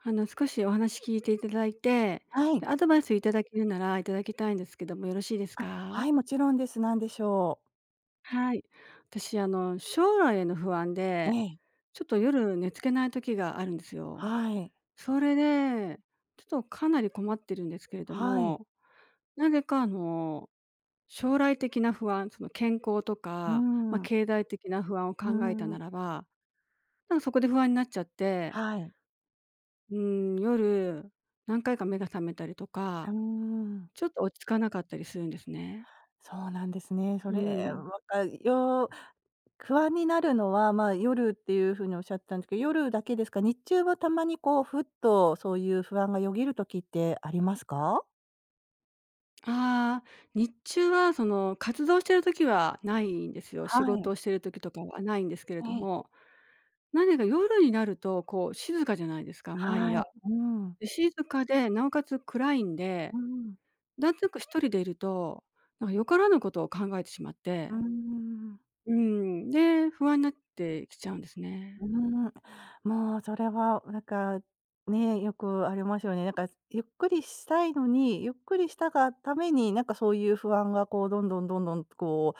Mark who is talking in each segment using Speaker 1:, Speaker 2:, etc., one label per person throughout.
Speaker 1: 少しお話聞いていただいて、
Speaker 2: はい。
Speaker 1: で、アドバイスいただけるならいただきたいんですけども、よろしいですか？
Speaker 2: はい、もちろんです。何でしょ
Speaker 1: はい。私、将来への不安
Speaker 2: う？
Speaker 1: で、
Speaker 2: ええ。
Speaker 1: ちょっと夜寝付けない時があるんですよ。
Speaker 2: はい。
Speaker 1: それで、ちょっとかなり困ってるんですけれど
Speaker 2: はい。
Speaker 1: も、なぜか、将来的な不安、その、健康と
Speaker 2: うー
Speaker 1: か、まあ、
Speaker 2: ん。
Speaker 1: 経済的な不安を
Speaker 2: う
Speaker 1: 考えた
Speaker 2: ー
Speaker 1: な
Speaker 2: ん。
Speaker 1: らば、なんかそこで不安になっちゃって、
Speaker 2: はい。
Speaker 1: うん、夜何回か目が覚めたりと
Speaker 2: うー
Speaker 1: か
Speaker 2: ん。
Speaker 1: ちょっと落ち着かなかったりするんですね。
Speaker 2: そうなんですね。そ
Speaker 1: う
Speaker 2: れ、
Speaker 1: ん。
Speaker 2: わかよ不安になるのは、まあ、夜っていう風におっしゃったんですけど、夜だけですか？日中はたまにこう、ふっとそういう不安がよぎる時ってありますか？
Speaker 1: ああ、日中はその活動してる時はないんですよ。
Speaker 2: は
Speaker 1: 仕事
Speaker 2: い。
Speaker 1: をしてる時とかはないんですけれど
Speaker 2: ええ。
Speaker 1: も、何か夜になるとこう静かじゃないですか、周り
Speaker 2: はい。
Speaker 1: が。
Speaker 2: うん。
Speaker 1: で、静かで、なおかつ暗いんで、
Speaker 2: うん。
Speaker 1: なんとなく一人でいると、なんかよからぬことを考えてしまっ
Speaker 2: うー
Speaker 1: て、
Speaker 2: ん。
Speaker 1: うん、で、不安になってきちゃうんですね。
Speaker 2: うーん、もうそれはなんか、ね、よくありますよね。なんかゆっくりしたいのに、ゆっくりしたがために、なんかそういう不安がこうどんどんどんどんこ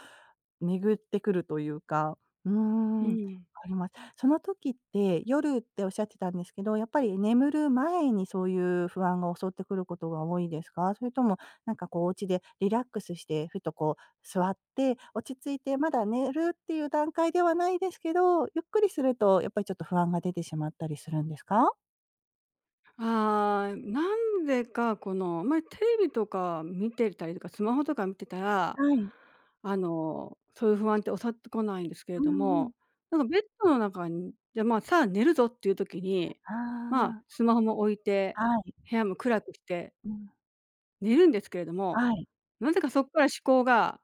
Speaker 2: う、巡ってくるというか、うー
Speaker 1: う
Speaker 2: ん、
Speaker 1: ん。
Speaker 2: あります。その時って夜っておっしゃってたんですけど、やっぱり眠る前にそういう不安が襲ってくることが多いですか？それともなんかこうお家でリラックスしてふとこう座って、落ち着いて、まだ寝るっていう段階ではないですけど、ゆっくりするとやっぱりちょっと不安が出てしまったりするんですか？
Speaker 1: あー、なんでかこの、まあテレビとか見てたりとか、スマホとか見てたら、
Speaker 2: はい。
Speaker 1: そういう不安って襲ってこないんですけれ
Speaker 2: う
Speaker 1: ど
Speaker 2: んうん。
Speaker 1: も、なんかベッドの中にじゃ、まあ、さあ寝るぞっていう時に、
Speaker 2: あ
Speaker 1: まあ、
Speaker 2: あ、
Speaker 1: スマホも置いて、
Speaker 2: はい。
Speaker 1: 部屋も暗くして
Speaker 2: うん。
Speaker 1: 寝るんですけれども、
Speaker 2: はい。
Speaker 1: なぜかそこから思考が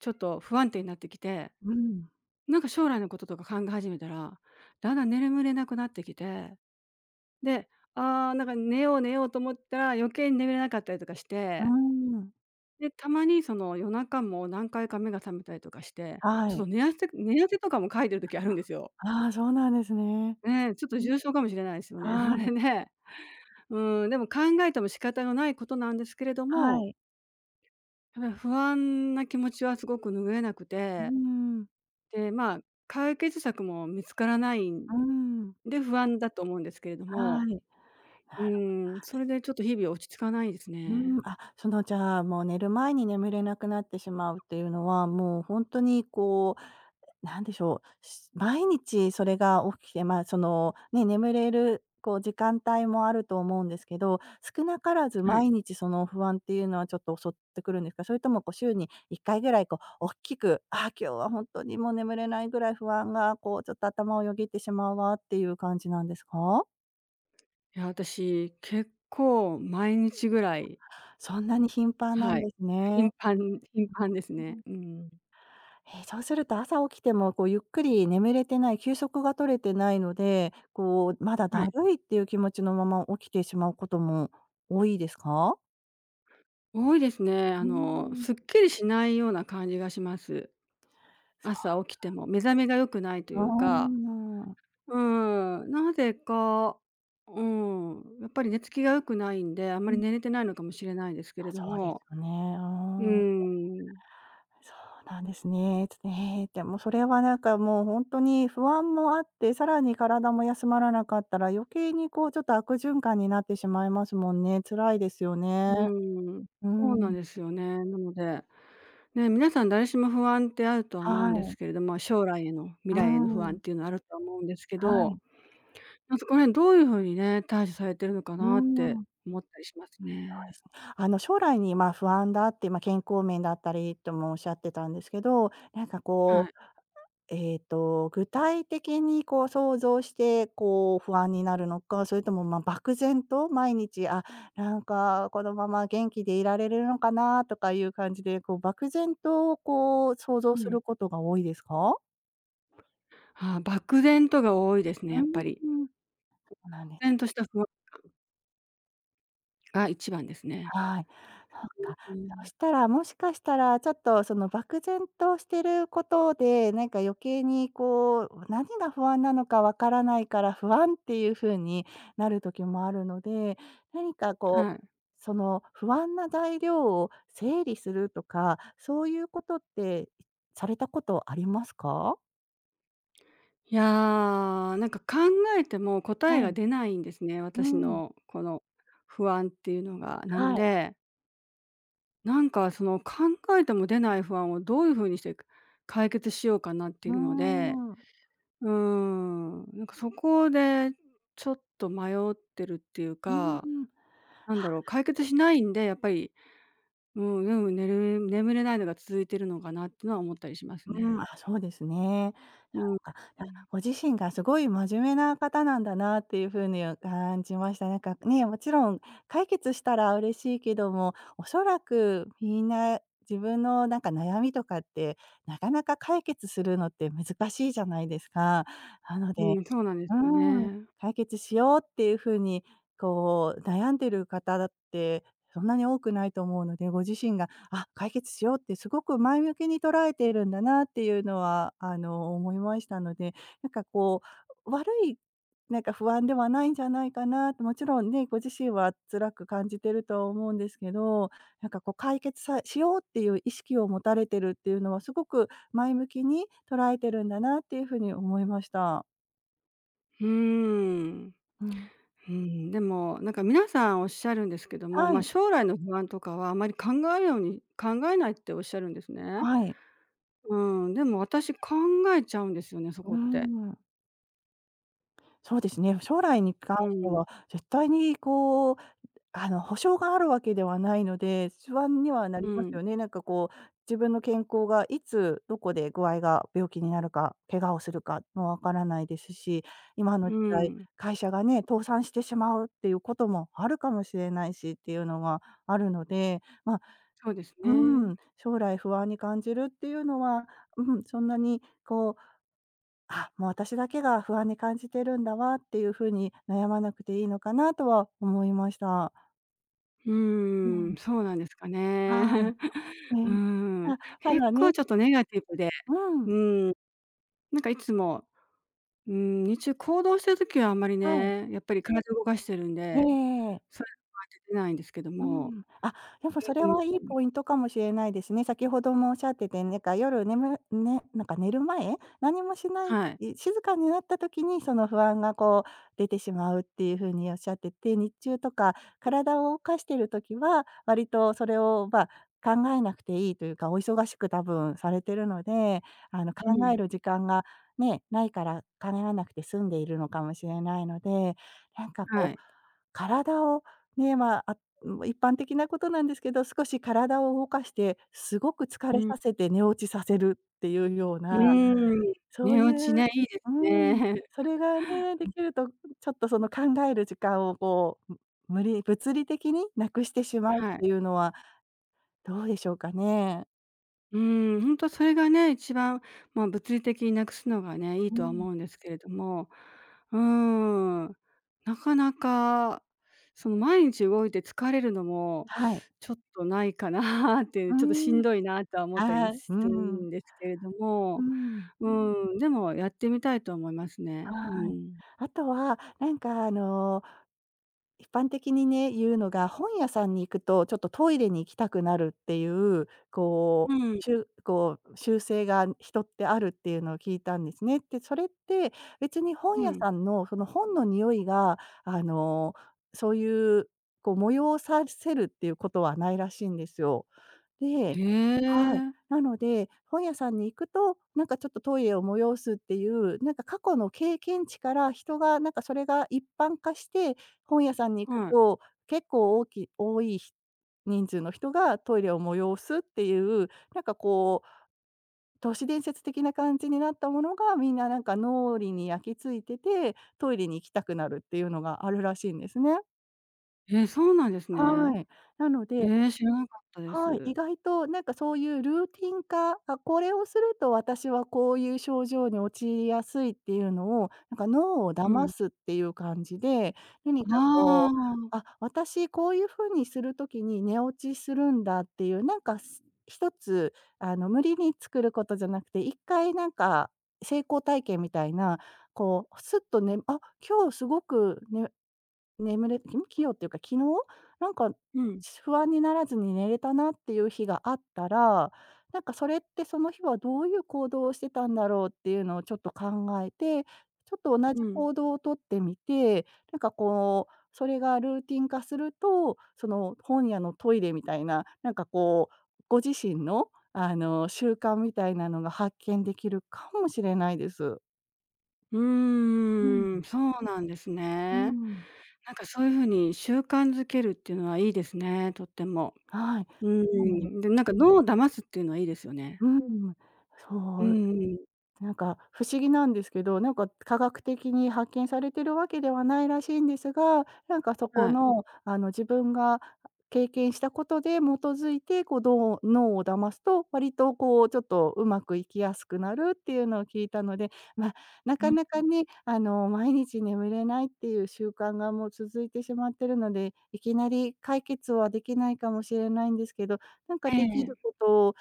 Speaker 1: ちょっと不安定になってきて、
Speaker 2: うん。
Speaker 1: なんか将来のこととか考え始めたら、だんだん眠れなくなってきてで、あーなんか寝よう寝ようと思ったら余計に眠れなかったりとかし
Speaker 2: うー
Speaker 1: て、
Speaker 2: ん。
Speaker 1: で、たまにその夜中も何回か目が覚めたりとかして、
Speaker 2: は
Speaker 1: ちょっと
Speaker 2: い。
Speaker 1: 寝汗寝汗とかもかいてる時あるんですよ。
Speaker 2: ああ、そうなんですね。
Speaker 1: ねえ、ちょっと
Speaker 2: うん。
Speaker 1: 重症かもしれないですよね。あ
Speaker 2: は
Speaker 1: れ
Speaker 2: い。
Speaker 1: ね、うん、でも考えても仕方のないことなんですけれど
Speaker 2: は
Speaker 1: も、
Speaker 2: い。
Speaker 1: やっぱり不安な気持ちはすごく拭えなく
Speaker 2: うー
Speaker 1: て、
Speaker 2: ん。
Speaker 1: で、まあ、解決策も見つからないん
Speaker 2: うーん。
Speaker 1: で不安だと思うんですけれど
Speaker 2: は
Speaker 1: も、
Speaker 2: い。
Speaker 1: う
Speaker 2: なる
Speaker 1: ん、それでちょっと日々落ち着かないです
Speaker 2: うーん、
Speaker 1: ね。
Speaker 2: あ、そのじゃあ、もう寝る前に眠れなくなってしまうっていうのは、もうほんとにこうなんでしょう、毎日それが起きて、まあ、その、ね、眠れるこう時間帯もあると思うんですけど、少なからず
Speaker 1: は
Speaker 2: 毎
Speaker 1: い。
Speaker 2: 日その不安っていうのはちょっと襲ってくるんですか？それともこう週に1回ぐらいこう大きく、あ今日は本当にもう眠れないぐらい不安がこうちょっと頭をよぎってしまうわっていう感じなんですか？
Speaker 1: いや、私、結構毎日ぐらい、
Speaker 2: そんなに頻繁なん
Speaker 1: はい、
Speaker 2: ですね。
Speaker 1: 頻繁ですね。うん。
Speaker 2: え、そうすると朝起きてもこうゆっくり眠れてない、休息が取れてないので、こうまだ
Speaker 1: は
Speaker 2: だ
Speaker 1: い。
Speaker 2: るいっていう気持ちのまま起きてしまうことも多いですか？
Speaker 1: 多いですね。
Speaker 2: うーん。
Speaker 1: すっきりしないような感じがします。
Speaker 2: そ
Speaker 1: 朝起きても目覚めが良くないという
Speaker 2: う
Speaker 1: か、
Speaker 2: ーん。
Speaker 1: うーん、なぜか、うーん、やっぱり寝つきが良くないんで、あんま
Speaker 2: う
Speaker 1: り
Speaker 2: ん。
Speaker 1: 寝れてないのかもしれないんですけれど
Speaker 2: そうです
Speaker 1: も、
Speaker 2: よね。う
Speaker 1: うー
Speaker 2: ーん。
Speaker 1: ん。
Speaker 2: そうなんですね。ちょっと、えーでもそれはなんかもう本当に不安もあって、さらに体も休まらなかったら余計にこうちょっと悪循環になってしまいますもんね。辛いですよ
Speaker 1: う
Speaker 2: ね。
Speaker 1: ん、
Speaker 2: う
Speaker 1: そうなん
Speaker 2: ん。
Speaker 1: ですよね。なので、ね、皆さん誰しも不安ってあるとは思う
Speaker 2: は
Speaker 1: んで
Speaker 2: い。
Speaker 1: すけれども、将来への、未
Speaker 2: う
Speaker 1: 来への不安っ
Speaker 2: ん。
Speaker 1: ていうのはあるとは思うんですけ
Speaker 2: は
Speaker 1: ど、
Speaker 2: い。
Speaker 1: ま、そこら辺どういうふうにね、対処されてるのか
Speaker 2: うー
Speaker 1: なっ
Speaker 2: ん、
Speaker 1: て
Speaker 2: そう
Speaker 1: 思ったりします
Speaker 2: で
Speaker 1: ね。
Speaker 2: すね。あの、将来に、ま、不安だって、まあ、健康面だったりともおっしゃってたんですけど、なんか
Speaker 1: は
Speaker 2: こ
Speaker 1: い。
Speaker 2: う、えーと、具体的にこう想像して、こう不安になるのか、それとも、ま、漠然と毎日、あ、なんかこのまま元気でいられるのかなとかいう感じで、こう漠然とこう想像
Speaker 1: う
Speaker 2: す
Speaker 1: ん。
Speaker 2: ることが多いですか？
Speaker 1: ああ、漠然とが多いですね、
Speaker 2: う
Speaker 1: やっぱり。
Speaker 2: ーん、そうなんです。
Speaker 1: 漠然とした不安が一番ですね。
Speaker 2: はい。そっか。
Speaker 1: う
Speaker 2: そ
Speaker 1: ん、
Speaker 2: したら、もしかしたら、ちょっとその漠然としてることで、なんか余計にこう、何が不安なのかわからないから不安っていう風になる時もあるので、何かこ
Speaker 1: は
Speaker 2: う、
Speaker 1: い。
Speaker 2: その不安な材料を整理するとか、そういうことってされたことありますか？
Speaker 1: いや、なんか考えても
Speaker 2: は
Speaker 1: 答えが出
Speaker 2: い。
Speaker 1: ないんですね、
Speaker 2: う
Speaker 1: 私
Speaker 2: ん。
Speaker 1: のこの不安っていうのが。なの
Speaker 2: はい。
Speaker 1: でなんかその考えても出ない不安をどういう風にして解決しようかなって
Speaker 2: うー
Speaker 1: いうので、
Speaker 2: ん。う
Speaker 1: うーん、なんかそこでちょっと迷ってるっていう
Speaker 2: ーん。
Speaker 1: か、
Speaker 2: うん。
Speaker 1: なんだろう、解決しないんで、やっぱり、うん、うん、寝る眠れないのが続いてるのかなっていうのは思ったりします
Speaker 2: ん、
Speaker 1: ね。
Speaker 2: あ、そうですね。
Speaker 1: うん。うん。
Speaker 2: ご自身がすごい真面目な方なんだなっていう風に感じました。なんかね、もちろん解決したら嬉しいけども、おそらくみんな自分のなんか悩みとかって、なかなか解決するのって難しいじゃないですか。なので、
Speaker 1: うん、そうなんです
Speaker 2: う
Speaker 1: よ
Speaker 2: ーん、
Speaker 1: ね。
Speaker 2: 解決しようっていう風に、こう悩んでる方だって、そんなに多くないと思うので、ご自身が、あ、解決しようってすごく前向きに捉えているんだなっていうのは、あの、思いましたので、なんかこう、悪い、なんか不安ではないんじゃないかなと、もちろんね、ご自身は辛く感じてるとは思うんですけど、なんかこう解決しようっていう意識を持たれてるっていうのは、すごく前向きに捉えてるんだなっていう風に思いました。
Speaker 1: うーん。
Speaker 2: うん。
Speaker 1: うん、でも、なんか皆さんおっしゃるんですけども、
Speaker 2: は
Speaker 1: まあ、
Speaker 2: い、
Speaker 1: 将来の不安とかはあまり考えように考えないっておっしゃるんですね。
Speaker 2: はい。
Speaker 1: うん、でも私考えちゃうんですよね、そ
Speaker 2: うー
Speaker 1: こって。
Speaker 2: ん、そうですね。将来に関
Speaker 1: う
Speaker 2: して
Speaker 1: ん、
Speaker 2: は、絶対にこう、あの、保証があるわけではないので、不安にはな
Speaker 1: う
Speaker 2: ります
Speaker 1: ん、
Speaker 2: よね。なんかこう、自分の健康がいつどこで具合が病気になるか、怪我をするかもわからないですし、今の
Speaker 1: う
Speaker 2: 時代、
Speaker 1: ん。
Speaker 2: 会社がね、倒産してしまうっていうこともあるかもしれないしっていうのがあるので、まあ、
Speaker 1: そうです
Speaker 2: うー
Speaker 1: ね。
Speaker 2: ん、将来不安に感じるっていうのは、うん、そんなにこうあ、もう私だけが不安に感じてるんだわっていう風に悩まなくていいのかなとは思いました。
Speaker 1: う
Speaker 2: う
Speaker 1: ん、
Speaker 2: ん、
Speaker 1: そうなんですか
Speaker 2: はい。
Speaker 1: ね。う
Speaker 2: ね。
Speaker 1: ん、
Speaker 2: あ、た
Speaker 1: 結
Speaker 2: だね
Speaker 1: 構ちょっとネガティブで、
Speaker 2: う
Speaker 1: う
Speaker 2: ん、
Speaker 1: ん、なんかいつも、うん、日中行動してる時はあんまり
Speaker 2: はい。
Speaker 1: ね、やっぱり体動かしてるん
Speaker 2: えええ
Speaker 1: で、
Speaker 2: えええ。
Speaker 1: それは出てないんですけど
Speaker 2: う
Speaker 1: も。
Speaker 2: ん。あ、でもそれ
Speaker 1: う
Speaker 2: はい
Speaker 1: ん、
Speaker 2: いポイントかもしれないですね。先ほどもおっしゃってて、なんかね、なんか寝る前、何もしない、
Speaker 1: はい。
Speaker 2: 静かになった時にその不安がこう出てしまうっていう風におっしゃってて、日中とか体を動かしてる時は、割とそれを、まあ、考えなくていいというか、お忙しく多分されてるので、あの、考
Speaker 1: う
Speaker 2: え
Speaker 1: ん。
Speaker 2: る時間がね、ないから考えなくて済んでいるのかもしれないので、なんかこ
Speaker 1: は
Speaker 2: う、
Speaker 1: い。
Speaker 2: 体をね、ま、もう一般的なことなんですけど、少し体を動かして、すごく疲
Speaker 1: う
Speaker 2: れ
Speaker 1: ん。
Speaker 2: させて寝落ちさせるっていうよう
Speaker 1: うー
Speaker 2: な、
Speaker 1: ん、
Speaker 2: そう
Speaker 1: 寝
Speaker 2: い
Speaker 1: 落ち
Speaker 2: う
Speaker 1: ね、いいで
Speaker 2: う
Speaker 1: す
Speaker 2: ん、
Speaker 1: ね。
Speaker 2: そ れがね、できると、ちょっとその考える時間をこう、物理的になくしてしまうっ
Speaker 1: はい。
Speaker 2: ていうのはどうでしょうかね？
Speaker 1: うーん、本当それがね、一番、まあ、物理的になくすのがね、いい
Speaker 2: う
Speaker 1: とは思
Speaker 2: ん。
Speaker 1: うんですけれども、うーん、なかなか、その毎日動いて疲れるのも、
Speaker 2: はい。
Speaker 1: ちょっとないかな っていう、
Speaker 2: う
Speaker 1: ちょっとし
Speaker 2: ーん。
Speaker 1: んどいなとは思ったりも
Speaker 2: ああ、
Speaker 1: す
Speaker 2: う
Speaker 1: る
Speaker 2: ん。
Speaker 1: んですけれど
Speaker 2: う
Speaker 1: も、
Speaker 2: ん。
Speaker 1: うん、でもやってみたいと思いますね。う
Speaker 2: はい。
Speaker 1: ん。
Speaker 2: あとは、なんかあの一般的にね、言うのが、本屋さんに行くと、ちょっとトイレに行きたくなるっていう、こ
Speaker 1: うん、
Speaker 2: う、習性が人ってあるっていうのを聞いたんですね。で、それって、別に本
Speaker 1: う
Speaker 2: 屋
Speaker 1: ん。
Speaker 2: さんの、その本の匂いが、あの、そういう、こう、催させるっていうことはないらしいんですよ。
Speaker 1: へ
Speaker 2: ではい。
Speaker 1: え、
Speaker 2: なので、本屋さんに行くと、なんかちょっとトイレを催すっていう、なんか過去の経験値から人がなんかそれが一般化して、本屋さんに行く
Speaker 1: はい。
Speaker 2: と、結構多いひ人数の人がトイレを催すっていう、なんかこう、都市伝説的な感じになったものが、みんななんか脳裏に焼き付いてて、トイレに行きたくなるっていうのがあるらしいんですね。
Speaker 1: え、そうなんですね。
Speaker 2: はい。なので
Speaker 1: え、知らなかったで
Speaker 2: はい、意
Speaker 1: す。
Speaker 2: 外となんかそういうルーティン化、あ、これをすると私はこういう症状に陥りやすいっていうのを、なんか脳を
Speaker 1: う
Speaker 2: 騙
Speaker 1: ん。
Speaker 2: すっていう感じで、何か
Speaker 1: あ
Speaker 2: こう、
Speaker 1: あ、
Speaker 2: あ、私こういう風にするときに寝落ちするんだっていう、なんかす一つあの無理に作ることじゃなくて、一回なんか成功体験みたいな、こうすっとね、あ、今日すごくね眠れきよっていうか、昨日、なんか、
Speaker 1: うん、
Speaker 2: 不安にならずに寝れたなっていう日があったら、なんかそれってその日はどういう行動をしてたんだろうっていうのをちょっと考えて、ちょっと同
Speaker 1: う
Speaker 2: じ
Speaker 1: ん。
Speaker 2: 行動をとってみて、なんかこう、それがルーティン化すると、その本屋のトイレみたいな、なんかこう、ご自身の、あの、習慣みたいなのが発見できるかもしれないです。
Speaker 1: う
Speaker 2: うん。
Speaker 1: ーん、そうなんです
Speaker 2: う
Speaker 1: ね。
Speaker 2: ん、
Speaker 1: なんかそういう風に習慣づけるっていうのはいいですね、とっても。
Speaker 2: はい。
Speaker 1: うー
Speaker 2: なので
Speaker 1: ん、で、なんか脳を騙すっていうのはいいですよね。
Speaker 2: うん、
Speaker 1: う
Speaker 2: そ
Speaker 1: ん
Speaker 2: う
Speaker 1: うんうん。
Speaker 2: なんか不思議なんですけど、なんか科学的に発見されてるわけではないらしいんですが、なんかそこ
Speaker 1: はい。
Speaker 2: の、あの、自分が経験したことで基づいて、こう、どう脳を騙すと、割とこうちょっとうまくいきやすくなるっていうのを聞いたので、まあ、な
Speaker 1: う
Speaker 2: か
Speaker 1: ん。
Speaker 2: なかね、あの、毎日眠れないっていう習慣がもう続いてしまってるので、いきなり解決はできないかもしれないんですけど、なんか
Speaker 1: え
Speaker 2: できる
Speaker 1: え、
Speaker 2: ことを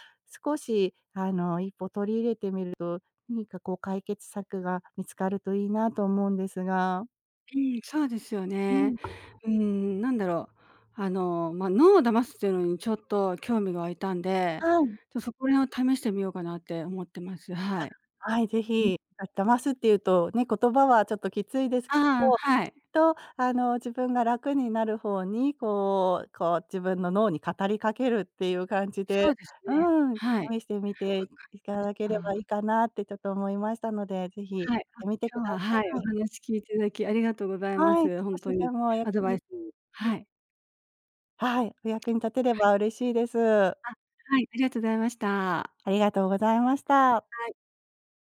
Speaker 2: 少し、あの、一歩取り入れてみると何かこう解決策が見つかるといいなと思うんですが。
Speaker 1: うん、そうですよ
Speaker 2: う
Speaker 1: ね。
Speaker 2: ん。
Speaker 1: うーん、なんだろう、ま、脳を騙すっていうのにちょっと興味が湧いたんで、
Speaker 2: はい。
Speaker 1: ちょ、そこら辺を試してみようかなって思ってます。はい。
Speaker 2: はい、ぜ
Speaker 1: うん。
Speaker 2: ひ、あ、騙すっていうとね、言葉はちょっときついですけ
Speaker 1: ああ、
Speaker 2: ど、
Speaker 1: はい。
Speaker 2: きっとあの、自分が楽になる方にこう自分の脳に語りかけるっていう感じ
Speaker 1: そ
Speaker 2: で、
Speaker 1: うですね。
Speaker 2: うん、
Speaker 1: はい。
Speaker 2: 試してみていただければいい
Speaker 1: あ
Speaker 2: かなってちょっと思いましたので、ぜひや
Speaker 1: あ、はい。
Speaker 2: っ
Speaker 1: あ、
Speaker 2: てみてくだ
Speaker 1: 今日は、はい、お
Speaker 2: さい。
Speaker 1: 話聞いていただきありがとうございま
Speaker 2: はい、
Speaker 1: す。ほ
Speaker 2: 少
Speaker 1: んと
Speaker 2: し
Speaker 1: に
Speaker 2: でもお役
Speaker 1: アドバイ
Speaker 2: に
Speaker 1: スはい。
Speaker 2: はい、お役に立てれ
Speaker 1: はい。
Speaker 2: ば嬉しいです。
Speaker 1: あ、はい、ありがとうございました。は
Speaker 2: ありがとうございました。
Speaker 1: い。